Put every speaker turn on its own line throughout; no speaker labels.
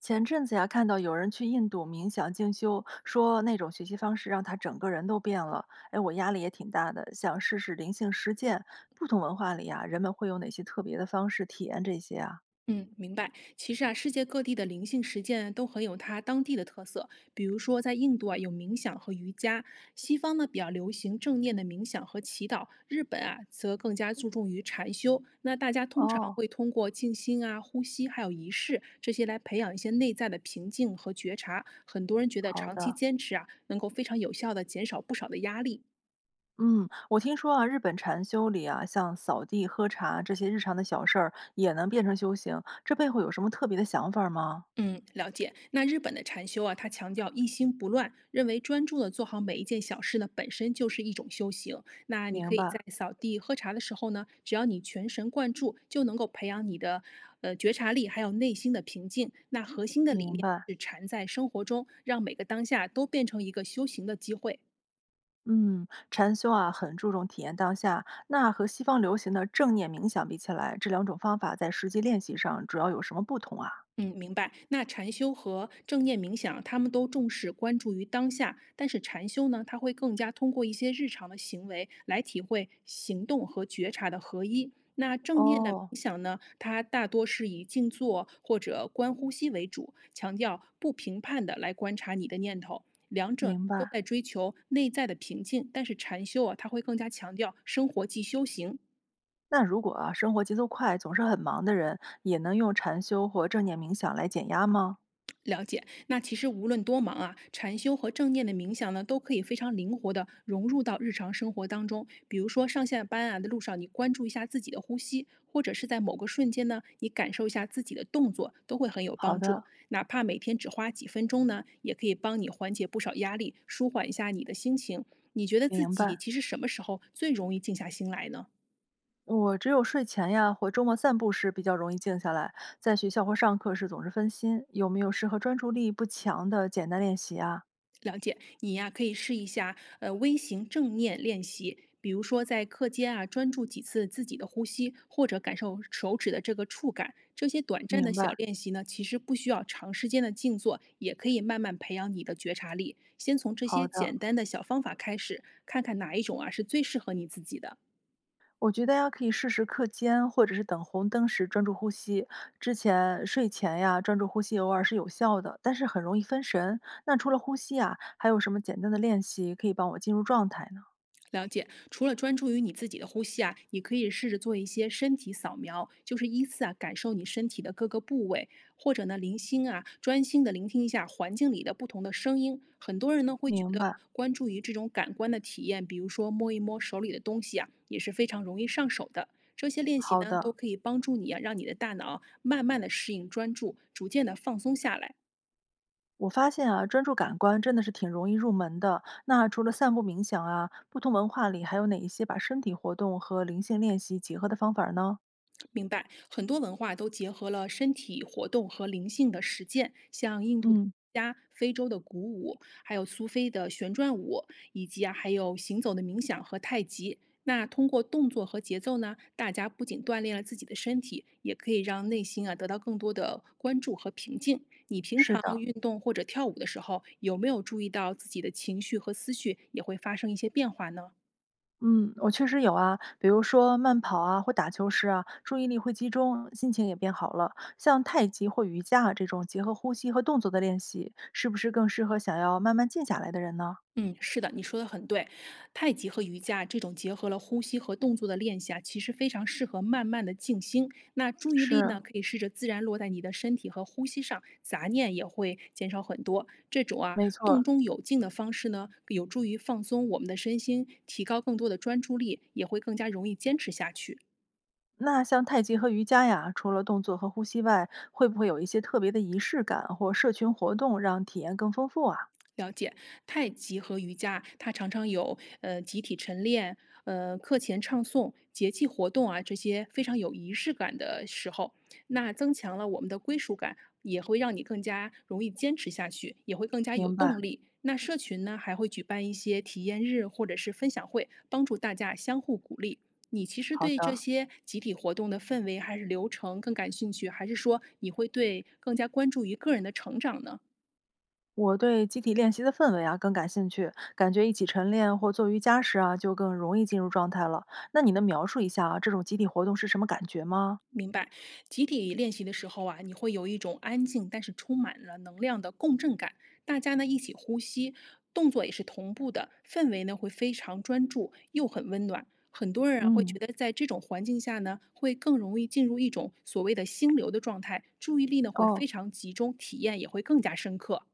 前阵子呀，看到有人去印度冥想静修，说那种学习方式让他整个人都变了。哎，我压力也挺大的，想试试灵性实践。不同文化里呀，人们会有哪些特别的方式体验这些啊？
嗯，明白。其实啊，世界各地的灵性实践都很有它当地的特色。比如说，在印度啊，有冥想和瑜伽；西方呢，比较流行正念的冥想和祈祷；日本啊，则更加注重于禅修。那大家通常
哦，
会通过静心啊、呼吸，还有仪式这些来培养一些内在的平静和觉察。很多人觉得
好
长期
的。
坚持啊，能够非常有效的减少不少的压力。
嗯，我听说啊，日本禅修里啊，像扫地、喝茶这些日常的小事儿也能变成修行，这背后有什么特别的想法吗？
嗯，了解。那日本的禅修啊，它强调一心不乱，认为专注的做好每一件小事呢，本身就是一种修行。那你
明
可以
白，
在扫地、喝茶的时候呢，只要你全神贯注，就能够培养你的觉察力，还有内心的平静。那核心的理
明
念
白。
是禅在生活中，让每个当下都变成一个修行的机会。
嗯，禅修啊，很注重体验当下。那和西方流行的正念冥想比起来，这两种方法在实际练习上主要有什么不同啊？
嗯，明白。那禅修和正念冥想，他们都重视关注于当下，但是禅修呢，它会更加通过一些日常的行为来体会行动和觉察的合一。那正念的冥
哦，
想呢，它大多是以静坐或者观呼吸为主，强调不评判的来观察你的念头。两者
明
都
白。
在追求内在的平静，但是禅修啊，它会更加强调生活即修行，
那如果啊，生活节奏快，总是很忙的人，也能用禅修或正念冥想来减压吗？
了解，那其实无论多忙啊，禅修和正念的冥想呢，都可以非常灵活的融入到日常生活当中。比如说上下班啊的路上，你关注一下自己的呼吸，或者是在某个瞬间呢，你感受一下自己的动作，都会很有
好
帮
的，
助。哪怕每天只花几分钟呢，也可以帮你缓解不少压力，舒缓一下你的心情。你觉得自
明
己
白。
其实什么时候最容易静下心来呢？
我只有睡前呀或周末散步时比较容易静下来，在学校或上课时总是分心。有没有适合专注力不强的简单练习啊？
了解，你呀、可以试一下微型正念练习，比如说在课间啊专注几次自己的呼吸，或者感受手指的这个触感。这些短暂
明
的小
白。
练习呢，其实不需要长时间的静坐，也可以慢慢培养你的觉察力。先从这
好
些
的。
简单的小方法开始，看看哪一种啊是最适合你自己的。
我觉得大家可以试试课间或者是等红灯时专注呼吸。之前睡前呀，专注呼吸偶尔是有效的，但是很容易分神。那除了呼吸啊，还有什么简单的练习可以帮我进入状态呢？
了解，除了专注于你自己的呼吸啊，你可以试着做一些身体扫描，就是依次啊感受你身体的各个部位，或者呢聆听啊，专心的聆听一下环境里的不同的声音。很多人呢会觉
明
得
白，
关注于这种感官的体验，比如说摸一摸手里的东西啊，也是非常容易上手的。这些练习
好
呢
的。
都可以帮助你啊，让你的大脑慢慢的适应专注，逐渐的放松下来。
我发现啊，专注感官真的是挺容易入门的。那除了散步冥想啊，不同文化里还有哪一些把身体活动和灵性练习结合的方法呢？
明白，很多文化都结合了身体活动和灵性的实践，像印度的
嗯，
加，非洲的鼓舞，还有苏菲的旋转舞，以及啊还有行走的冥想和太极。那通过动作和节奏呢，大家不仅锻炼了自己的身体，也可以让内心啊得到更多的关注和平静。你平
是
常
的。
运动或者跳舞的时候，有没有注意到自己的情绪和思绪也会发生一些变化呢？
嗯，我确实有啊，比如说慢跑啊，或打球时啊，注意力会集中，心情也变好了。像太极或瑜伽啊这种结合呼吸和动作的练习，是不是更适合想要慢慢静下来的人呢？
嗯，是的，你说的很对。太极和瑜伽这种结合了呼吸和动作的练习啊，其实非常适合慢慢的静心。那注意力
是，
呢，可以试着自然落在你的身体和呼吸上，杂念也会减少很多。这种啊
没错儿。
动中有静的方式呢，有助于放松我们的身心，提高更多的专注力，也会更加容易坚持下去。
那像太极和瑜伽呀，除了动作和呼吸外，会不会有一些特别的仪式感或社群活动，让体验更丰富啊？
了解，太极和瑜伽，它常常有集体晨练、课前唱诵、节气活动啊这些非常有仪式感的时候，那增强了我们的归属感，也会让你更加容易坚持下去，也会更加有
明白，
动力。那社群呢，还会举办一些体验日或者是分享会，帮助大家相互鼓励。你其实
好
对这
的。
些集体活动的氛围还是流程更感兴趣，还是说你会对更加关注于个人的成长呢？
我对集体练习的氛围啊更感兴趣，感觉一起晨练或做瑜伽时啊就更容易进入状态了。那你能描述一下啊这种集体活动是什么感觉吗？
明白，集体练习的时候啊，你会有一种安静但是充满了能量的共振感。大家呢一起呼吸，动作也是同步的，氛围呢会非常专注又很温暖。很多人啊会
嗯，
觉得在这种环境下呢，会更容易进入一种所谓的心流的状态，注意力呢会
哦，
非常集中，体验也会更加深刻。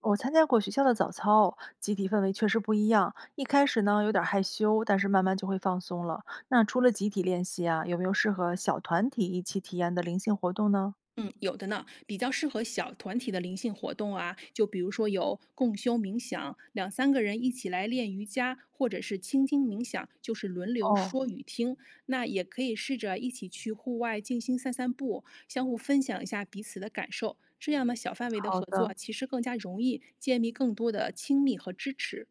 我参加过学校的早操，集体氛围确实不一样。一开始呢有点害羞，但是慢慢就会放松了。那除了集体练习啊，有没有适合小团体一起体验的灵性活动呢？
嗯，有的呢，比较适合小团体的灵性活动啊，就比如说有共修冥想，两三个人一起来练瑜伽，或者是倾听冥想，就是轮流
哦，
说与听。那也可以试着一起去户外静心散散步，相互分享一下彼此的感受。这样呢，小范围的
好
合作啊
的。
其实更加容易建立更多的亲密和支持。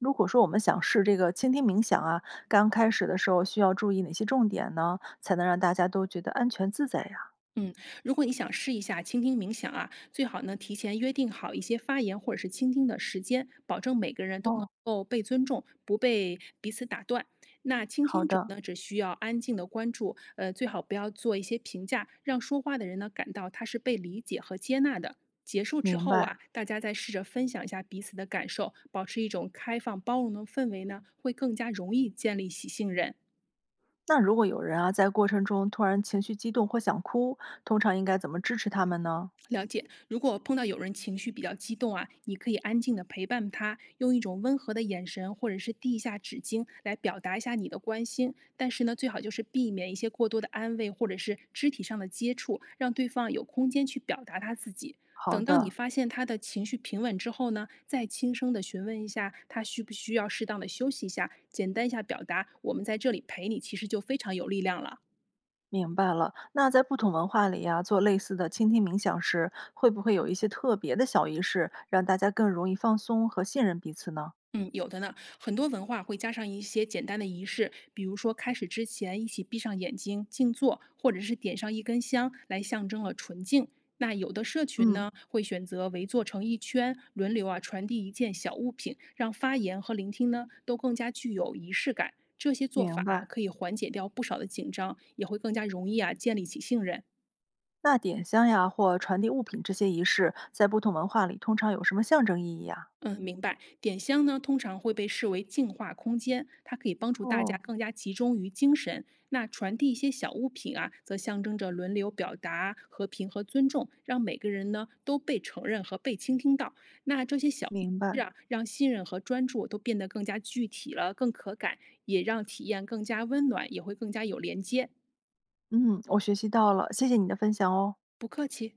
如果说我们想试这个倾听冥想啊，刚开始的时候需要注意哪些重点呢？才能让大家都觉得安全自在呀？
嗯，如果你想试一下倾听冥想啊，最好呢提前约定好一些发言或者是倾听的时间，保证每个人都能
哦，
够被尊重，不被彼此打断。那倾
好
听者
的，
呢，只需要安静的关注，最好不要做一些评价，让说话的人呢感到他是被理解和接纳的。结束之
明
后
白。
啊，大家再试着分享一下彼此的感受，保持一种开放包容的氛围呢，会更加容易建立起信任。
那如果有人啊在过程中突然情绪激动或想哭，通常应该怎么支持他们呢？
了解，如果碰到有人情绪比较激动啊，你可以安静的陪伴他，用一种温和的眼神或者是递一下纸巾来表达一下你的关心。但是呢，最好就是避免一些过多的安慰或者是肢体上的接触，让对方有空间去表达他自己。
好
等到你
的，
发现他的情绪平稳之后呢，再轻声的询问一下他需不需要适当的休息一下，简单一下表达，我们在这里陪你，其实就非常有力量了。
明白了。那在不同文化里呀、做类似的倾听冥想时，会不会有一些特别的小仪式，让大家更容易放松和信任彼此呢？
嗯，有的呢。很多文化会加上一些简单的仪式，比如说开始之前一起闭上眼睛静坐，或者是点上一根香，来象征了纯净。那有的社群
嗯，
呢，会选择围坐成一圈，轮流啊传递一件小物品，让发言和聆听呢都更加具有仪式感。这些做法
明
啊
白。
可以缓解掉不少的紧张，也会更加容易啊建立起信任。
那点香呀，或传递物品这些仪式，在不同文化里通常有什么象征意义啊？
嗯，明白。点香呢，通常会被视为净化空间，它可以帮助大家
哦，
更加集中于精神。那传递一些小物品啊，则象征着轮流表达和平和尊重，让每个人呢都被承认和被倾听到。那这些小仪
明白。
式啊，让信任和专注都变得更加具体了，更可感，也让体验更加温暖，也会更加有连接。
嗯，我学习到了，谢谢你的分享哦。
不客气。